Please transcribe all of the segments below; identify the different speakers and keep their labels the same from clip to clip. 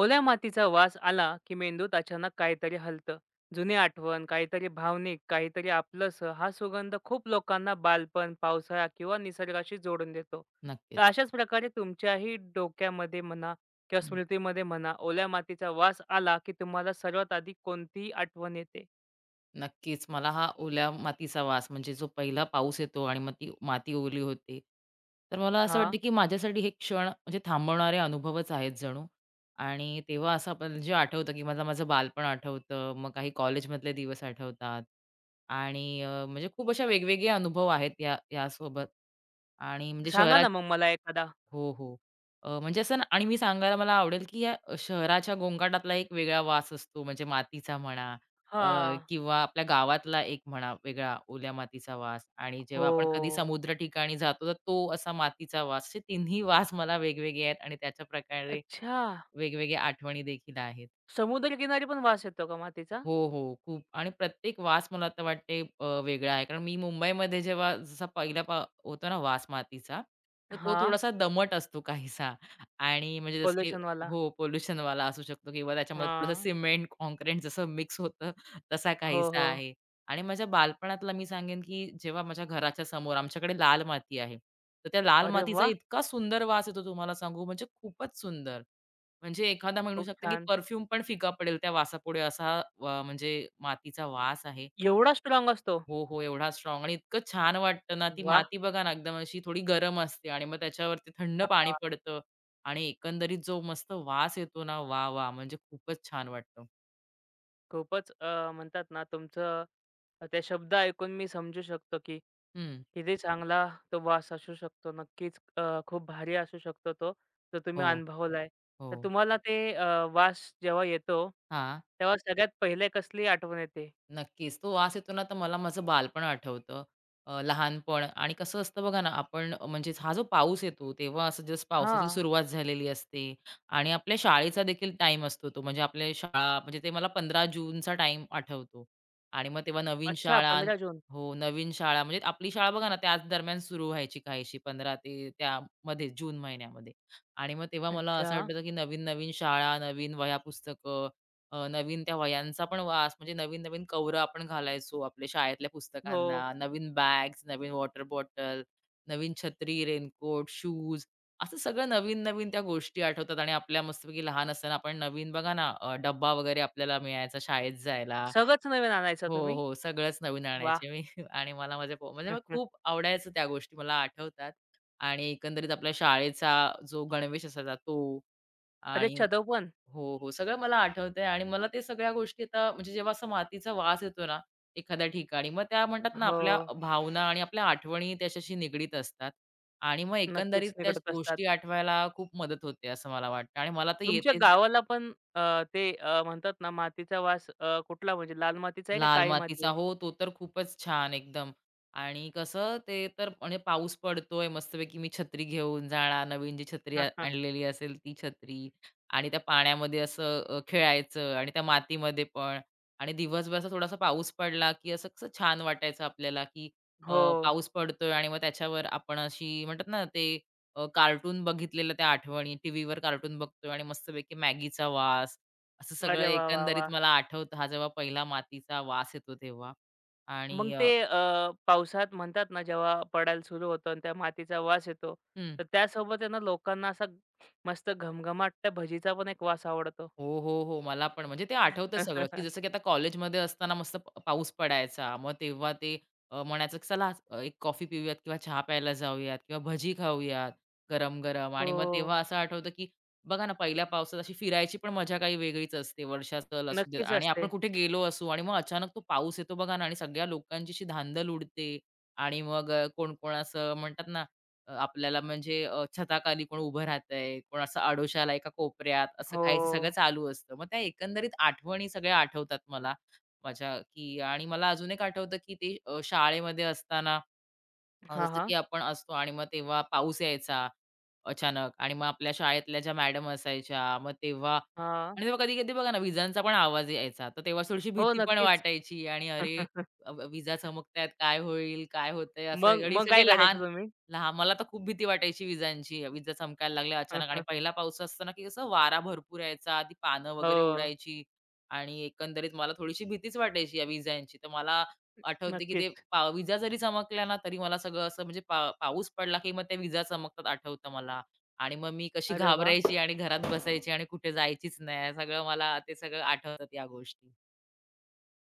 Speaker 1: ओल्या मातीचा वास आला की मेंदूत अचानक काहीतरी हलतं. जुनी आठवण काहीतरी भावनिक काहीतरी आपलंसं हा सुगंध खूप लोकांना बालपण पावसाळा किंवा निसर्गाशी जोडून देतो. तर
Speaker 2: नक्कीच.
Speaker 1: अशाच प्रकारे तुमच्याही डोक्यामध्ये म्हणा किंवा
Speaker 2: हं.
Speaker 1: स्मृतीमध्ये म्हणा ओल्या मातीचा वास आला की तुम्हाला सर्वात आधी कोणतीही आठवण येते.
Speaker 2: नक्कीच. मला हा ओल्या मातीचा वास म्हणजे जो पहिला पाऊस येतो आणि मग ती माती ओली होते. तर मला असं
Speaker 1: हा,
Speaker 2: वाटतं, की माझ्यासाठी हे क्षण म्हणजे थांबवणारे अनुभवच आहेत जणू. आणि तेव्हा असं आपल्याला जे आठवतं, की मला माझं बालपण आठवतं, मग काही कॉलेजमधले दिवस आठवतात आणि म्हणजे खूप अशा वेगवेगळे अनुभव आहेत या यासोबत. आणि म्हणजे
Speaker 1: सांगा
Speaker 2: शहरात
Speaker 1: ना मग मला एखादा.
Speaker 2: हो, हो. म्हणजे असं ना आणि मी सांगायला मला आवडेल, की या शहराच्या गोंगाटातला एक वेगळा वास असतो, म्हणजे मातीचा म्हणा अ,
Speaker 1: हा.
Speaker 2: किंवा आपल्या गावातला एक म्हणा वेगळा ओल्या मातीचा वास आणि
Speaker 1: हो.
Speaker 2: जेव्हा आपण कधी समुद्र ठिकाणी जातो, तर तो असा मातीचा वास. असे तिन्ही वास मला वेगवेगळे आहेत आणि त्याच्या प्रकारे
Speaker 1: अच्छा.
Speaker 2: वेगवेगळ्या आठवणी देखील आहेत.
Speaker 1: समुद्र किनारी पण वास येतो का मातीचा?
Speaker 2: हो, हो. खूप आणि प्रत्येक वास मला आता वाटते वेगळा आहे. कारण मी मुंबईमध्ये जेव्हा जसा पहिला होतो ना वास मातीचा, तर तो
Speaker 1: हा.
Speaker 2: थोडासा दमट असतो काहीसा आणि म्हणजे जसं की
Speaker 1: Pollution वाला?
Speaker 2: हो, पोल्युशनवाला असू शकतो किंवा त्याच्यामध्ये थोडंसं
Speaker 1: हा.
Speaker 2: सिमेंट, काँक्रीट जसं मिक्स होतं, तसा
Speaker 1: हो,
Speaker 2: काहीसा
Speaker 1: हो.
Speaker 2: आहे. आणि माझ्या बालपणातला मी सांगेन की जेव्हा माझ्या घराच्या समोर आमच्याकडे लाल माती आहे. तर त्या लाल
Speaker 1: अरे
Speaker 2: मातीचा
Speaker 1: वाह!
Speaker 2: इतका सुंदर वास येतो तुम्हाला सांगू म्हणजे खूपच सुंदर. म्हणजे एखादा म्हणू
Speaker 1: खूप
Speaker 2: शकतो, की
Speaker 1: छान.
Speaker 2: परफ्यूम पण फिका पडेल त्या वासापुढे असा म्हणजे मातीचा वास आहे.
Speaker 1: एवढा स्ट्राँग असतो?
Speaker 2: हो, हो, एवढा स्ट्रॉंग, आणि इतकं छान वाटतं ना, ती
Speaker 1: वाह!
Speaker 2: माती बघा ना एकदम अशी थोडी गरम असते आणि मग त्याच्यावरती थंड पाणी
Speaker 1: हां.
Speaker 2: पडतं आणि एकंदरीत जो मस्त वास येतो ना, वाह, वाह! म्हणजे खूपच छान वाटतं.
Speaker 1: खूपच म्हणतात ना तुमचं ते शब्द ऐकून मी समजू शकतो, की
Speaker 2: हं.
Speaker 1: किती चांगला तो वास असू शकतो. नक्कीच खूप भारी असू शकतो तो, जो
Speaker 2: हो,
Speaker 1: तुम्ही अनुभवलाय.
Speaker 2: हो.
Speaker 1: तर तुम्हाला ते वास जेव्हा येतो,
Speaker 2: हां.
Speaker 1: तेव्हा सगळ्यात पहिले कसली आठवण येते?
Speaker 2: नक्कीच. तो वास येतो ना, तर मला माझं बालपण आठवतं. लहानपण आणि कसं असतं बघा ना, आपण म्हणजेच हा जो पाऊस येतो, तेव्हा असं जस्ट पावसाची
Speaker 1: हां.
Speaker 2: सुरुवात झालेली असते आणि आपल्या शाळेचा देखील टाईम असतो तो. म्हणजे आपल्या शाळा म्हणजे ते मला 15 जूनचा टाईम आठवतो आणि मग तेव्हा नवीन
Speaker 1: अच्छा,
Speaker 2: शाळा.
Speaker 1: 15 जून.
Speaker 2: हो, नवीन शाळा म्हणजे आपली शाळा बघा ना, त्याच दरम्यान सुरू व्हायची काहीशी 15 ते त्यामध्ये जून महिन्यामध्ये आणि मग तेव्हा मला असं
Speaker 1: अच्छा.
Speaker 2: वाटतं की नवीन-नवीन शाळा, नवीन वह्या, पुस्तकं. नवीन त्या वह्यांचा पण वास म्हणजे नवीन-नवीन कव्हरं आपण घालायचो आपल्या शाळेतल्या
Speaker 1: हो.
Speaker 2: पुस्तकांना, नवीन बॅग्स, नवीन वॉटर बॉटल, नवीन छत्री, रेनकोट, शूज. असं सगळं नवीन-नवीन त्या गोष्टी आठवतात आणि आपल्या मस्तपैकी लहान असताना आपण नवीन बघा ना डब्बा वगैरे आपल्याला मिळायचा शाळेत जायला.
Speaker 1: सगळंच नवीन आणायचा
Speaker 2: हो,
Speaker 1: तुम्ही?
Speaker 2: हो. सगळंच नवीन
Speaker 1: वाह!
Speaker 2: आणायचे मी आणि मला माझ्या म्हणजे मला खूप आवडायचं त्या गोष्टी मला आठवतात आणि एकंदरीत आपल्या शाळेचा जो गणवेश असायचा तो
Speaker 1: अरे,
Speaker 2: आणि
Speaker 1: छ्दव पण?
Speaker 2: हो, हो. सगळं मला आठवतंय आणि मला ते सगळ्या गोष्टी आता म्हणजे जेव्हा असा मातीचा वास येतो ना, एखाद्या ठिकाणी मग त्या म्हणतात ना,
Speaker 1: हो.
Speaker 2: आपल्या भावना आणि आपल्या आठवणी त्याच्याशी निगडीत असतात आणि मग एकंदरीत
Speaker 1: नक्कीच
Speaker 2: त्या
Speaker 1: निगडीत असतात.
Speaker 2: गोष्टी आठवायला खूप मदत होते असं मला वाटतं आणि मला तर
Speaker 1: तुमच्या
Speaker 2: येतेच.
Speaker 1: गावाला पण ते म्हणतात ना मातीचा वास कुठला, म्हणजे लाल मातीचा आहे का
Speaker 2: लाल
Speaker 1: काळी
Speaker 2: मातीचा.
Speaker 1: माती आहे?
Speaker 2: हो, तो तर खूपच छान एकदम. आणि कसं ते तर म्हणजे पाऊस पडतोय मस्तपैकी मी छत्री घेऊन जाणार, नवीन जी छत्री
Speaker 1: हा, हा.
Speaker 2: आणलेली असेल ती छत्री आणि त्या पाण्यामध्ये असं खेळायचं आणि त्या मातीमध्ये पण आणि दिवसभर असा थोडासा पाऊस पडला, की असं कसं छान वाटायचं आपल्याला, की अ,
Speaker 1: हो.
Speaker 2: पाऊस पडतोय आणि मग त्याच्यावर आपण अशी म्हणतात ना ते कार्टून बघितलेलं त्या आठवणी, टीव्हीवर कार्टून बघतोय आणि मस्तपैकी मॅगीचा वास. असं सगळं
Speaker 1: अरे वाह! वाह!
Speaker 2: एकंदरीत
Speaker 1: वाह!
Speaker 2: मला आठवतं हा जेव्हा पहिला मातीचा वास येतो तेव्हा.
Speaker 1: मग
Speaker 2: आणि
Speaker 1: ते अ, पावसात म्हणतात ना जेव्हा पडायला सुरू होतं आणि त्या मातीचा वास येतो,
Speaker 2: हं.
Speaker 1: तर त्यासोबत आहे ना लोकांना असा मस्त घमघमाट त्या भजीचा पण एक वास आवडतो.
Speaker 2: हो, हो, हो. मला पण म्हणजे ते आठवतं सगळं, की जसं की आता कॉलेजमध्ये असताना मस्त पाऊस पडायचा. मग तेव्हा ते म्हणायचं की चला आज, एक कॉफी पिऊयात किंवा चहा प्यायला जाऊयात किंवा भजी खाऊयात गरम-गरम आणि
Speaker 1: हो.
Speaker 2: मग तेव्हा असं आठवतं की बघा ना पहिल्या पावसात अशी फिरायची पण मजा काही वेगळीच असते. वर्षाचल असू दे
Speaker 1: नक्कीच
Speaker 2: आणि आपण
Speaker 1: असते.
Speaker 2: कुठे गेलो असू आणि मग अचानक तो पाऊस येतो बघा ना आणि सगळ्या लोकांची अशी धांदल उडते आणि मग कोण-कोण असं म्हणतात ना. आपल्याला म्हणजे छताखाली कोण उभं राहतंय, कोण असं आडोशाला एका कोपऱ्यात, असं काहीचं सगळं
Speaker 1: हो.
Speaker 2: चालू असतं. मग त्या एकंदरीत आठवणी सगळ्या आठवतात मला माझ्या, की आणि मला अजून एक आठवतं, की ते शाळेमध्ये असताना
Speaker 1: हां,
Speaker 2: जसं
Speaker 1: हां.
Speaker 2: की आपण असतो आणि मग तेव्हा पाऊस यायचा अचानक आणि मग आपल्या शाळेतल्या ज्या मॅडम असायच्या, मग तेव्हा
Speaker 1: हां.
Speaker 2: आणि तेव्हा कधी-कधी बघा ना विजांचा पण आवाज यायचा. तर तेव्हा थोडीशी
Speaker 1: हो,
Speaker 2: भीती पण
Speaker 1: नक्कीच.
Speaker 2: वाटायची आणि अरे, अ, अ, विजा चमकतायत, काय होईल? काय होतंय? असं
Speaker 1: मग
Speaker 2: आणि
Speaker 1: मग काय
Speaker 2: सगळे लहान
Speaker 1: करायचं तुम्ही?
Speaker 2: लहान मला तर खूप भीती वाटायची विजांची. विजा चमकायला लागल्या अचानक आणि पहिला पाऊस असताना की कसं वारा भरपूर यायचा, ती पानं वगैरे
Speaker 1: हो.
Speaker 2: उडायची आणि एकंदरीत मला थोडीशी भीतीच वाटायची या विजांची. तर मला आठवते की ते
Speaker 1: नक्कीच.
Speaker 2: विजा जरी चमकल्या ना, तरी मला सगळं असं म्हणजे पाऊस पडला की मग त्या विजा चमकतात आठवतं मला. आणि मग मी कशी
Speaker 1: अरे वाह!
Speaker 2: घाबरायची आणि घरात बसायची आणि कुठे जायचीच नाही. सगळं मला ते सगळं आठवतात या गोष्टी.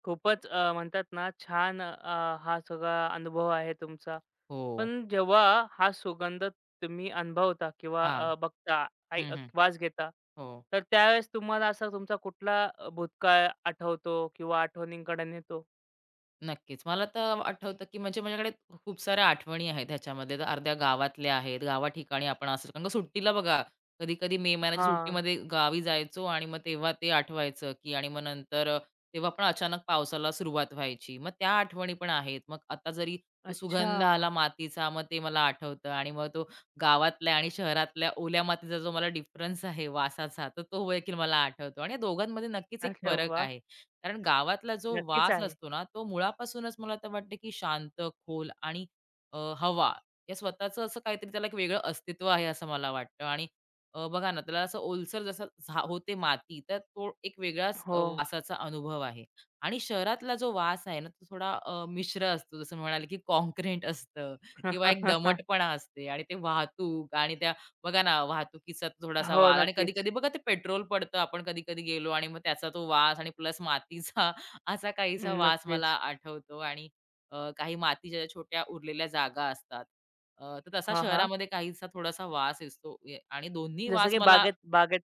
Speaker 1: खूपच म्हणतात ना छान हा सगळा अनुभव आहे तुमचा.
Speaker 2: हो.
Speaker 1: पण जेव्हा हा सुगंध तुम्ही अनुभवता किंवा
Speaker 2: हां.
Speaker 1: बघता,
Speaker 2: हं, हं.
Speaker 1: वास घेता,
Speaker 2: हो.
Speaker 1: तर त्यावेळेस तुम्हाला असा तुमचा कुठला भूतकाळ आठवतो किंवा आठवणींकडे नेतो?
Speaker 2: नक्कीच. मला तर आठवतं, की म्हणजे माझ्याकडे खूप साऱ्या आठवणी आहेत ह्याच्यामध्ये. तर अर्ध्या गावातल्या आहेत, गावाठिकाणी आपण असं कारण का सुट्टीला बघा, कधी-कधी मे महिन्याच्या
Speaker 1: हां.
Speaker 2: सुट्टीमध्ये गावी जायचो आणि मग तेव्हा ते आठवायचं, की आणि मग नंतर तेव्हा पण अचानक पावसाला सुरुवात व्हायची. मग त्या आठवणी पण आहेत. मग आता जरी तो
Speaker 1: अच्छा.
Speaker 2: सुगंध आला मातीचा, मग ते मला आठवतं आणि मग तो गावातल्या आणि शहरातल्या ओल्या मातीचा जो मला डिफरन्स आहे वासाचा, तर तो देखील मला आठवतो आणि या दोघांमध्ये नक्कीच एक
Speaker 1: अरे
Speaker 2: फरक
Speaker 1: वा,
Speaker 2: आहे. कारण गावातला जो
Speaker 1: नक्कीच
Speaker 2: वास
Speaker 1: आहे.
Speaker 2: असतो ना, तो मुळापासूनच मला तर वाटतं, की शांत, खोल आणि हवा या स्वतःचं असं काहीतरी त्याला एक वेगळं अस्तित्व आहे असं मला वाटतं. आणि बघा ना, त्याला असं ओलसर जसं होते माती, तर तो एक वेगळाच
Speaker 1: हो.
Speaker 2: वासाचा अनुभव आहे. आणि शहरातला जो वास आहे ना, तो थोडा मिश्र असतो. जसं म्हणाले, की काँक्रीट असतं किंवा एक दमटपणा असते आणि ते वाहतूक आणि त्या बघा ना, वाहतुकीचा थोडासा
Speaker 1: हो,
Speaker 2: वाद आणि
Speaker 1: नक्कीच.
Speaker 2: कधी-कधी बघा ते पेट्रोल पडतं. आपण कधी-कधी गेलो आणि मग त्याचा तो वास आणि प्लस मातीचा असा काहीसा वास मला
Speaker 1: नक्कीच.
Speaker 2: आठवतो आणि काही मातीच्या ज्या छोट्या उरलेल्या जागा असतात. तर तसा
Speaker 1: हां, हां.
Speaker 2: शहरामध्ये काहीसा थोडासा वास येतो ये आणि दोन्ही
Speaker 1: जसं
Speaker 2: वास
Speaker 1: की
Speaker 2: मला
Speaker 1: बागेत बागेत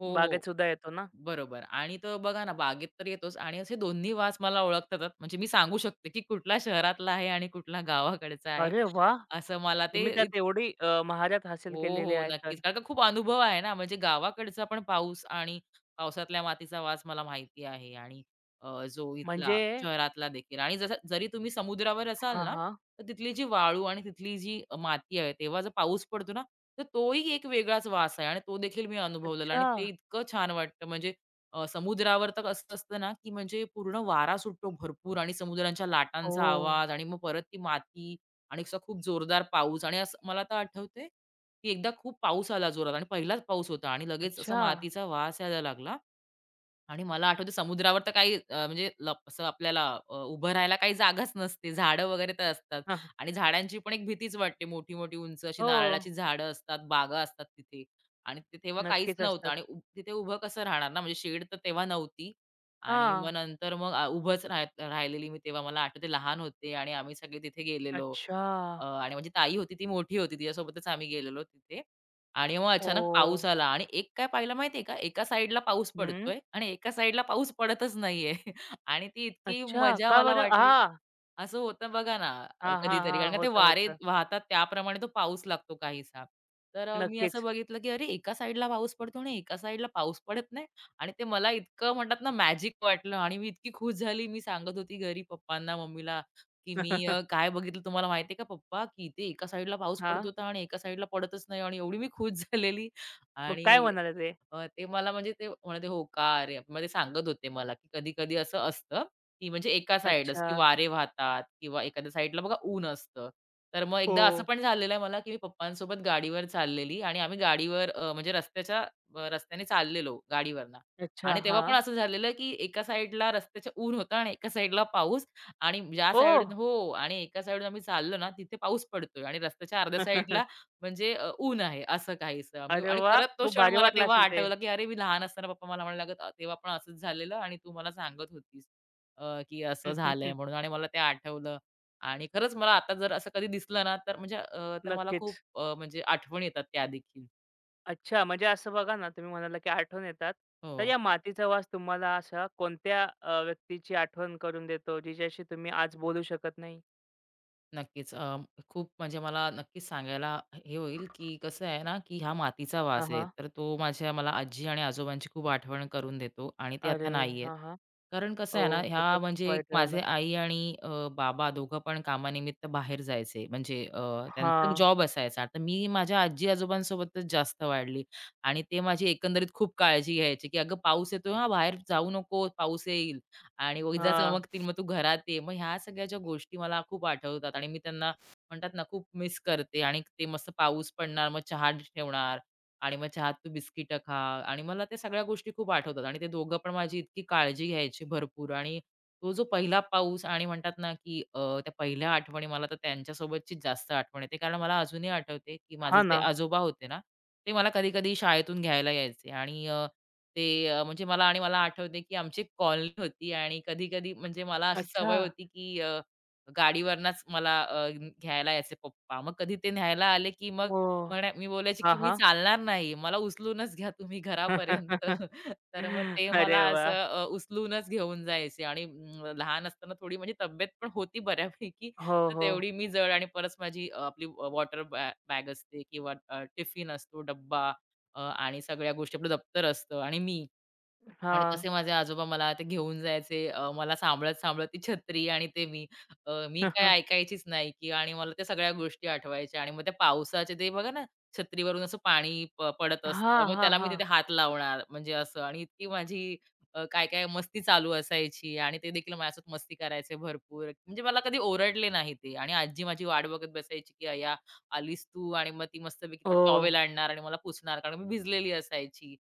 Speaker 2: हो, हो.
Speaker 1: बागेत सुद्धा येतो ना?
Speaker 2: बरोबर आणि तो बघा ना, बागेत तर येतोच आणि असे दोन्ही वास मला ओळखता म्हणजे मी सांगू शकते, की कुठला शहरातला आहे आणि कुठला गावाकडचा आहे.
Speaker 1: अरे वाह!
Speaker 2: असं मला
Speaker 1: तुम्ही
Speaker 2: ते
Speaker 1: त्यात एवढी महारत हासिल
Speaker 2: हो,
Speaker 1: केलेली
Speaker 2: हो.
Speaker 1: आहे तर?
Speaker 2: नक्कीच. कारण का खूप अनुभव आहे ना, म्हणजे गावाकडचा पण पाऊस आणि पावसातल्या मातीचा वास मला माहिती आहे आणि जो इथला
Speaker 1: म्हणजे,
Speaker 2: शहरातला देखील आणि जसं जरी तुम्ही समुद्रावर असाल
Speaker 1: हां,
Speaker 2: ना,
Speaker 1: हां.
Speaker 2: तर तिथली जी वाळू आणि तिथली जी माती आहे, तेव्हा जर पाऊस पडतो ना, तर तोही एक वेगळाच वास आहे आणि तो देखील मी अनुभवलेला आणि
Speaker 1: अच्छा.
Speaker 2: ते इतकं छान वाटतं. म्हणजे समुद्रावर तर कसं असतं ना, की म्हणजे पूर्ण वारा सुटतो भरपूर आणि समुद्रांच्या लाटांचा
Speaker 1: ओह!
Speaker 2: आवाज आणि मग परत ती माती आणि असा खूप जोरदार पाऊस आणि असं मला तर आठवतंय की एकदा खूप पाऊस आला जोरात आणि पहिलाच पाऊस होता आणि लगेच असा
Speaker 1: अच्छा.
Speaker 2: मातीचा वास यायला लागला आणि मला आठवते समुद्रावर तर काही म्हणजे असं आपल्याला उभं राहायला काही जागाच नसते झाडं वगैरे तर असतात
Speaker 1: हां, हां.
Speaker 2: आणि झाडांची पण एक भीतीच वाटते मोठी मोठी उंच अशी
Speaker 1: हो.
Speaker 2: नारळाची झाडं असतात बागा असतात तिथे आणि ते तेव्हा काहीच
Speaker 1: नक्कीच
Speaker 2: नव्हतं
Speaker 1: असतात.
Speaker 2: आणि तिथे उभं कसं राहणार ना म्हणजे शेड तर तेव्हा नव्हती आणि मग
Speaker 1: हां.
Speaker 2: नंतर मग उभंच राहिलेली मी तेव्हा मला आठवते लहान होते आणि आम्ही सगळे तिथे गेलेलो
Speaker 1: अच्छा.
Speaker 2: आणि माझी ताई होती ती मोठी होती तिच्यासोबतच आम्ही गेलेलो तिथे आणि मग अचानक
Speaker 1: ओह!
Speaker 2: पाऊस आला आणि एक काय पाहिलं माहितीये का, एका साइडला पाऊस
Speaker 1: हं.
Speaker 2: पडतोय आणि एका साइडला पाऊस पडतच नाहीये आणि ती इतकी
Speaker 1: अच्छा.
Speaker 2: मजा
Speaker 1: का
Speaker 2: मला
Speaker 1: बरं?
Speaker 2: वाटली
Speaker 1: हां.
Speaker 2: असं होतं बघा ना
Speaker 1: हां, हां,
Speaker 2: कधीतरी. कारण
Speaker 1: हां.
Speaker 2: का ते
Speaker 1: होतं,
Speaker 2: वारे
Speaker 1: होतं.
Speaker 2: वाहतात त्याप्रमाणे तो पाऊस लागतो काहीसा. तर मी असं
Speaker 1: नक्कीच.
Speaker 2: बघितलं, की अरे एका साईडला पाऊस पडतो आणि एका साईडला पाऊस पडत नाही आणि ते मला इतकं म्हणतात ना मॅजिक वाटलं आणि मी इतकी खुश झाली. मी सांगत होती घरी पप्पांना, मम्मीला, की मी काय बघितलं तुम्हाला माहिती का पप्पा, की इथे एका साईडला पाऊस पडत
Speaker 1: हां.
Speaker 2: होता आणि एका साईडला पडतच नाही आणि एवढी मी खुश झालेली
Speaker 1: मग
Speaker 2: आणि
Speaker 1: काय म्हणाले ते?
Speaker 2: ते मला म्हणजे ते म्हणाले, "हो का रे?" मग ते सांगत होते मला, की कधी-कधी असं असतं, की म्हणजे एका साइडच
Speaker 1: अच्छा.
Speaker 2: की वारे वाहतात किंवा एखाद्या साइडला बघा ऊन असतं. तर मग
Speaker 1: हो.
Speaker 2: एकदा असं पण झालेलं आहे मला, की मी पप्पांसोबत गाडीवर चाललेली आणि आम्ही गाडीवर म्हणजे रस्त्याच्या रस्त्याने चाललेलो गाडीवरनं
Speaker 1: अच्छा.
Speaker 2: आणि तेव्हा पण
Speaker 1: हां.
Speaker 2: असं झालेलं, की एका साइडला रस्त्याचं ऊन होतं आणि एका साइडला पाऊस आणि ज्या
Speaker 1: ओह!
Speaker 2: साइडून हो आणि एका साइडून आम्ही चाललो ना, तिथे पाऊस पडतोय आणि रस्त्याच्या अर्ध्या साइडला म्हणजे ऊन आहे असं काहीसं. मी
Speaker 1: अरे
Speaker 2: आणि
Speaker 1: वाह!
Speaker 2: परत तो
Speaker 1: खूप
Speaker 2: क्षण
Speaker 1: भारी
Speaker 2: मला
Speaker 1: वाटलं
Speaker 2: तेव्हा
Speaker 1: असेल ते.
Speaker 2: आठवला, की "अरे, मी लहान असताना पप्पा मला म्हणायला लागत, तेव्हा पण असंच झालेलं आणि तू मला सांगत होतीस की असं झालंय म्हणून." आणि मला ते आठवलं आणि खरंच मला आता जर असं कधी दिसलं ना, तर म्हणजे तर मला खूप
Speaker 1: नक्कीच.
Speaker 2: म्हणजे आठवण येतात त्या देखील.
Speaker 1: अच्छा, म्हणजे असं बघा ना, तुम्ही म्हणाला, की आठवण येतात. तर
Speaker 2: हो.
Speaker 1: या मातीचा वास तुम्हाला अशा कोणत्या व्यक्तीची आठवण करून देतो, जिच्याशी तुम्ही आज बोलू शकत नाही?
Speaker 2: नक्कीच. खूप म्हणजे मला नक्कीच सांगायला हे होईल, की कसं आहे ना, की हा मातीचा वास
Speaker 1: हां,
Speaker 2: आहे.
Speaker 1: हां.
Speaker 2: तर तो माझ्या मला आजी आणि आजोबांची खूप आठवण करून देतो आणि ते आता
Speaker 1: अरे!
Speaker 2: नाही आहेत.
Speaker 1: हां, हां.
Speaker 2: कारण कसं आहे ना,
Speaker 1: ओह!
Speaker 2: ह्या
Speaker 1: खूपच
Speaker 2: म्हणजे
Speaker 1: वाईट झालं.
Speaker 2: माझे आई आणि बाबा दोघं पण कामानिमित्त बाहेर जायचे. म्हणजे त्यांचा
Speaker 1: हां,
Speaker 2: जॉब असायचा. आता मी माझ्या आजी-आजोबांसोबतच जास्त वाढली आणि ते माझी एकंदरीत खूप काळजी घ्यायचे, की "अगं, पाऊस येतोय हां, बाहेर जाऊ नको, पाऊस येईल." आणि इजा
Speaker 1: हां.
Speaker 2: चमकतील, मग तू घरात ये. मग ह्या सगळ्या ज्या गोष्टी मला खूप आठवतात आणि मी त्यांना म्हणतात ना, खूप मिस करते आणि ते मस्त पाऊस पडणार, मग चहा ठेवणार आणि मग चहात तू बिस्किटं खा आणि मला त्या सगळ्या गोष्टी खूप आठवतात आणि ते दोघं पण माझी इतकी काळजी घ्यायची भरपूर आणि तो जो पहिला पाऊस आणि म्हणतात ना, की त्या पहिल्या आठवणी मला तर त्यांच्यासोबतचीच जास्त आठवण येते. कारण मला अजूनही आठवते, की माझे
Speaker 1: हां
Speaker 2: जे
Speaker 1: ना.
Speaker 2: आजोबा होते ना, ते मला कधी-कधी शाळेतून घ्यायला यायचे आणि ते म्हणजे मला आणि मला आठवते, की आमची एक कॉलनी होती आणि कधी-कधी म्हणजे मला अशी
Speaker 1: अच्छा.
Speaker 2: सवय होती, की गाडीवरनच मला घ्यायला यायचे पप्पा. मग कधी ते न्यायला आले, की मग
Speaker 1: ओह!
Speaker 2: म्हणा मी बोलायची,
Speaker 1: हां,
Speaker 2: की "मी
Speaker 1: हां.
Speaker 2: चालणार नाही. मला उचलूनच घ्या तुम्ही घरापर्यंत." तर मग ते मला
Speaker 1: अरे वाह!
Speaker 2: असं उचलूनच घेऊन जायचे आणि लहान असताना थोडी म्हणजे तब्येत पण होती बऱ्यापैकी.
Speaker 1: हो,
Speaker 2: तर
Speaker 1: हो.
Speaker 2: तेवढी मी जड आणि परत माझी आपली वॉटर बॅग असते किंवा टिफिन असतो, डब्बा आणि सगळ्या गोष्टी आपलं दप्तर असतं आणि मी, आणि
Speaker 1: हां.
Speaker 2: तसे माझे आजोबा मला ते घेऊन जायचे. मला सांभाळत-सांभाळत ती छत्री आणि ते मी. मी काय ऐकायचीच नाही की आणि मला त्या सगळ्या गोष्टी आठवायच्या आणि मग त्या पावसाचे ते बघा ना, छत्रीवरून असं पाणी पडत
Speaker 1: हां,
Speaker 2: असतं. मग
Speaker 1: हां,
Speaker 2: त्याला मी
Speaker 1: हां.
Speaker 2: तिथे हात लावणार म्हणजे असं आणि इतकी माझी काय-काय मस्ती चालू असायची आणि ते देखील माझ्यासोबत मस्ती करायचे भरपूर. म्हणजे मला कधी ओरडले नाही ते आणि आजी माझी वाट बघत बसायची की "अय्या आलीस तू" आणि मग ती मस्तपैकी तो
Speaker 1: ओह!
Speaker 2: टॉवेल आणणार आणि मला पुसणार कारण मी भिजलेली असायची.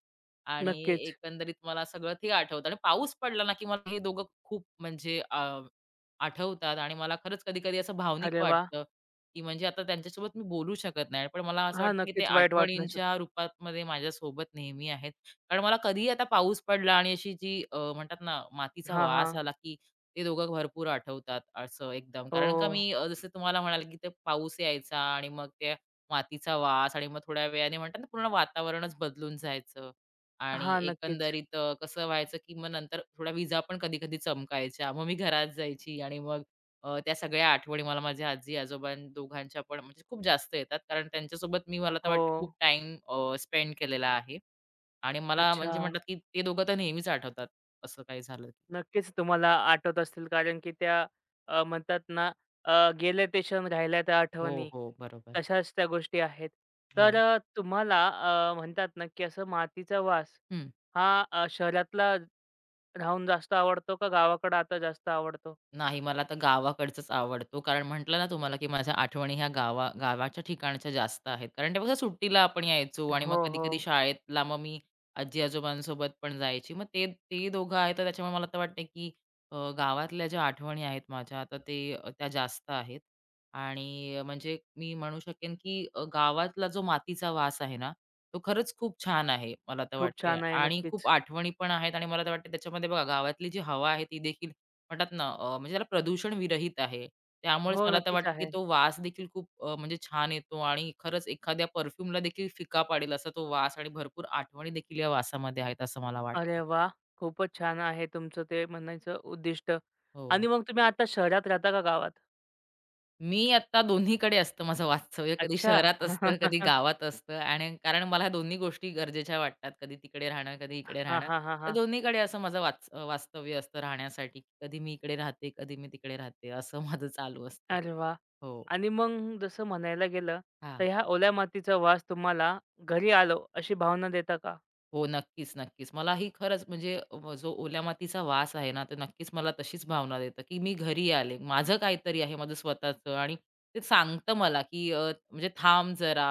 Speaker 2: आणि
Speaker 1: नक्कीच.
Speaker 2: एकंदरीत मला सगळं ते आठवतं आणि पाऊस पडला ना, की मला हे दोघं खूप म्हणजे आठवतात आणि मला खरंच कधी-कधी असं भावनिक
Speaker 1: अरे वाह!
Speaker 2: वाटतं, की म्हणजे आता त्यांच्यासोबत मी बोलू शकत नाही. पण मला असं
Speaker 1: हां,
Speaker 2: वाटतं, की ते
Speaker 1: नक्कीच वाईट वाटणं शक्य.
Speaker 2: आठवणींच्या रूपात मध्ये माझ्यासोबत नेहमी आहेत. कारण मला कधीही आता पाऊस पडला आणि अशी जी म्हणतात ना, मातीचा
Speaker 1: हां,
Speaker 2: वास
Speaker 1: हां.
Speaker 2: आला, की ते दोघं भरपूर आठवतात असं एकदम. कारण का
Speaker 1: ओह!
Speaker 2: मी जसं तुम्हाला म्हणाले, की ते पाऊस यायचा आणि मग त्या मातीचा वास आणि मग थोड्या वेळाने म्हणतात ना, पूर्ण वातावरणच बदलून जायचं. आणि
Speaker 1: हां, नक्कीच.
Speaker 2: एकंदरीत कसं व्हायचं, की मग नंतर थोड्या विजा पण कधी-कधी चमकायच्या. मग मी घरात जायची आणि मग त्या सगळ्या आठवणी मला माझ्या आजी-आजोबां दोघांच्या पण म्हणजे खूप जास्त येतात. कारण त्यांच्यासोबत मी मला तर
Speaker 1: हो.
Speaker 2: वाटतं खूप टाईम स्पेंड केलेला आहे आणि मला
Speaker 1: अच्छा.
Speaker 2: म्हणजे म्हणतात, की ते दोघं तर नेहमीच आठवतात. असं काही झालं. की.
Speaker 1: नक्कीच तुम्हाला आठवत असतील कारण की त्या म्हणतात ना, गेले ते क्षण राहिल्या त्या
Speaker 2: हो,
Speaker 1: आठवणी.
Speaker 2: हो. बरोबर.
Speaker 1: तशाच त्या गोष्टी आहेत. तर
Speaker 2: हो.
Speaker 1: तुम्हाला म्हणतात ना की असं मातीचा वास
Speaker 2: हं.
Speaker 1: हा शहरातला राहून जास्त आवडतो का गावाकडं आता जास्त आवडतो?
Speaker 2: नाही, मला तर गावाकडचंच आवडतो. कारण म्हटलं ना तुम्हाला, की माझ्या आठवणी ह्या गावा गावाच्या ठिकाणच्या जास्त आहेत. कारण तेव्हा कसं सुट्टीला आपण यायचो आणि मग
Speaker 1: हो, हो.
Speaker 2: कधी-कधी शाळेतला मग मी आजी-आजोबांसोबत पण जायची. मग ते ते दोघं आहेत, तर त्याच्यामुळे मला तर वाटतंय, की गावातल्या ज्या आठवणी आहेत माझ्या, तर ते त्या जास्त आहेत. आणि म्हणजे मी म्हणू शकेन, की गावातला जो मातीचा वास आहे ना, तो खरंच खूप छान आहे, मला तर
Speaker 1: खूप
Speaker 2: वाटते.
Speaker 1: छान आहे.
Speaker 2: आणि खूप
Speaker 1: नक्कीच.
Speaker 2: आठवणी पण आहेत आणि मला तर वाटते त्याच्यामध्ये बघा, गावातली जी हवा आहे, ती देखील म्हणतात ना म्हणजे त्याला प्रदूषण विरहित आहे. त्यामुळेच
Speaker 1: हो,
Speaker 2: मला तर
Speaker 1: नक्कीच
Speaker 2: वाटतं, की
Speaker 1: आहे.
Speaker 2: तो वास देखील खूप म्हणजे छान येतो आणि खरंच एखाद्या परफ्यूमला देखील फिका पाडेल असा तो वास आणि भरपूर आठवणी देखील या वासामध्ये आहेत असं मला
Speaker 1: अरे
Speaker 2: वाटतं.
Speaker 1: वाह! खूपच छान आहे तुमचं ते म्हणायचं उद्दिष्ट.
Speaker 2: हो.
Speaker 1: आणि मग तुम्ही आता शहरात राहता का गावात?
Speaker 2: मी आता दोन्हीकडे असतं माझं वास्तव्य. कधी
Speaker 1: अच्छा.
Speaker 2: शहरात असतं, कधी गावात असतं आणि कारण मला ह्या दोन्ही गोष्टी गरजेच्या वाटतात. कधी तिकडे राहणं, कधी इकडे
Speaker 1: हां,
Speaker 2: राहणं.
Speaker 1: हां, हां,
Speaker 2: तर
Speaker 1: हां.
Speaker 2: दोन्हीकडे असं माझं वास्तव्य असतं राहण्यासाठी. कधी मी इकडे राहते, कधी मी तिकडे राहते असं माझं चालू असतं.
Speaker 1: अरे वाह!
Speaker 2: हो.
Speaker 1: आणि मग जसं म्हणायला गेलं, तर
Speaker 2: हां.
Speaker 1: ह्या ओल्या मातीचा वास तुम्हाला घरी आलो अशी भावना देता का?
Speaker 2: हो, नक्कीच, नक्कीच. मलाही खरंच म्हणजे जो ओल्या मातीचा वास आहे ना, तर नक्कीच मला तशीच भावना देतं, की मी घरी आले. माझं काहीतरी आहे माझं स्वतःचं आणि ते सांगतं मला, की म्हणजे थांब जरा,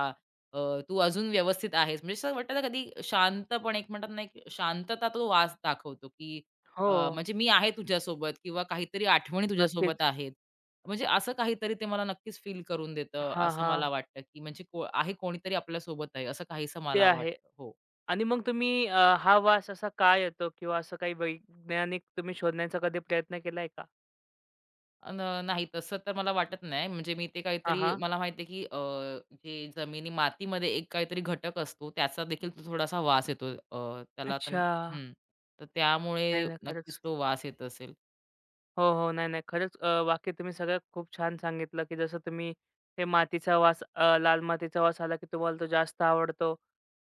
Speaker 2: अ, तू अजून व्यवस्थित आहेस. म्हणजे असं वाटतं ना, कधी शांतपणे एक म्हणतात ना, एक शांतता तो वास दाखवतो, की
Speaker 1: हो,
Speaker 2: म्हणजे मी आहे तुझ्यासोबत किंवा काहीतरी आठवणी तुझ्यासोबत
Speaker 1: नक्कीच.
Speaker 2: आहेत. म्हणजे असं काहीतरी ते मला नक्कीच फील करून देतं,
Speaker 1: हां,
Speaker 2: असं मला
Speaker 1: हां.
Speaker 2: वाटतं, की म्हणजे आहे कोणीतरी आपल्यासोबत आहे, असं काहीसं
Speaker 1: ते
Speaker 2: मला
Speaker 1: आहे.
Speaker 2: वाटतं. हो.
Speaker 1: आणि मग तुम्ही हा वास असा का येतो किंवा असं काही वैज्ञानिक तुम्ही शोधण्याचा कधी प्रयत्न केलाय का?
Speaker 2: अ, न नाही तसं तर मला वाटत नाही. म्हणजे मी ते
Speaker 1: हां,
Speaker 2: काहीतरी
Speaker 1: हां.
Speaker 2: मला माहिती आहे, की जे जमिनी मातीमध्ये एक काहीतरी घटक असतो, त्याचा देखील तो थोडासा वास येतो. त्याला आता
Speaker 1: अच्छा.
Speaker 2: हं. तर
Speaker 1: नाही,
Speaker 2: त्यामुळे
Speaker 1: नाही.
Speaker 2: नक्कीच
Speaker 1: खरंच.
Speaker 2: तो वास येत असेल.
Speaker 1: हो, हो. नाही, नाही. खरंच वाक्य तुम्ही सगळं खूप छान सांगितलं, की जसं तुम्ही ते मातीचा वास, लाल मातीचा वास आला, की तुम्हाला तो जास्त आवडतो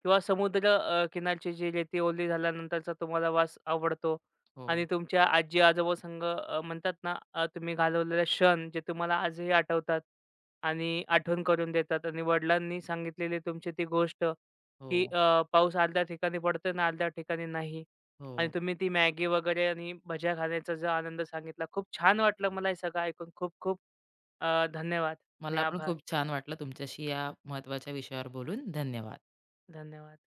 Speaker 1: किंवा समुद्र किनारची जी रेती ओली झाल्यानंतरचा तुम्हाला वास आवडतो
Speaker 2: हो,
Speaker 1: आणि तुमच्या आजी-आजोबा संग म्हणतात ना, तुम्ही घालवलेले क्षण जे तुम्हाला आजही आठवतात आणि आठवण करून देतात, आणि वडिलांनी सांगितलेली तुमची ती गोष्ट, की
Speaker 2: हो,
Speaker 1: पाऊस अर्ध्या ठिकाणी पडतो आणि अर्ध्या ठिकाणी नाही.
Speaker 2: हो.
Speaker 1: आणि तुम्ही ती मॅगी वगैरे आणि भज्या खाण्याचा जो आनंद सांगितला, खूप छान वाटलं मला हे सगळं ऐकून. खूप खूप धन्यवाद आणि
Speaker 2: मला पण
Speaker 1: आभार.
Speaker 2: खूप छान वाटलं तुमच्याशी या महत्त्वाच्या विषयावर बोलून. धन्यवाद.
Speaker 1: धन्यवाद.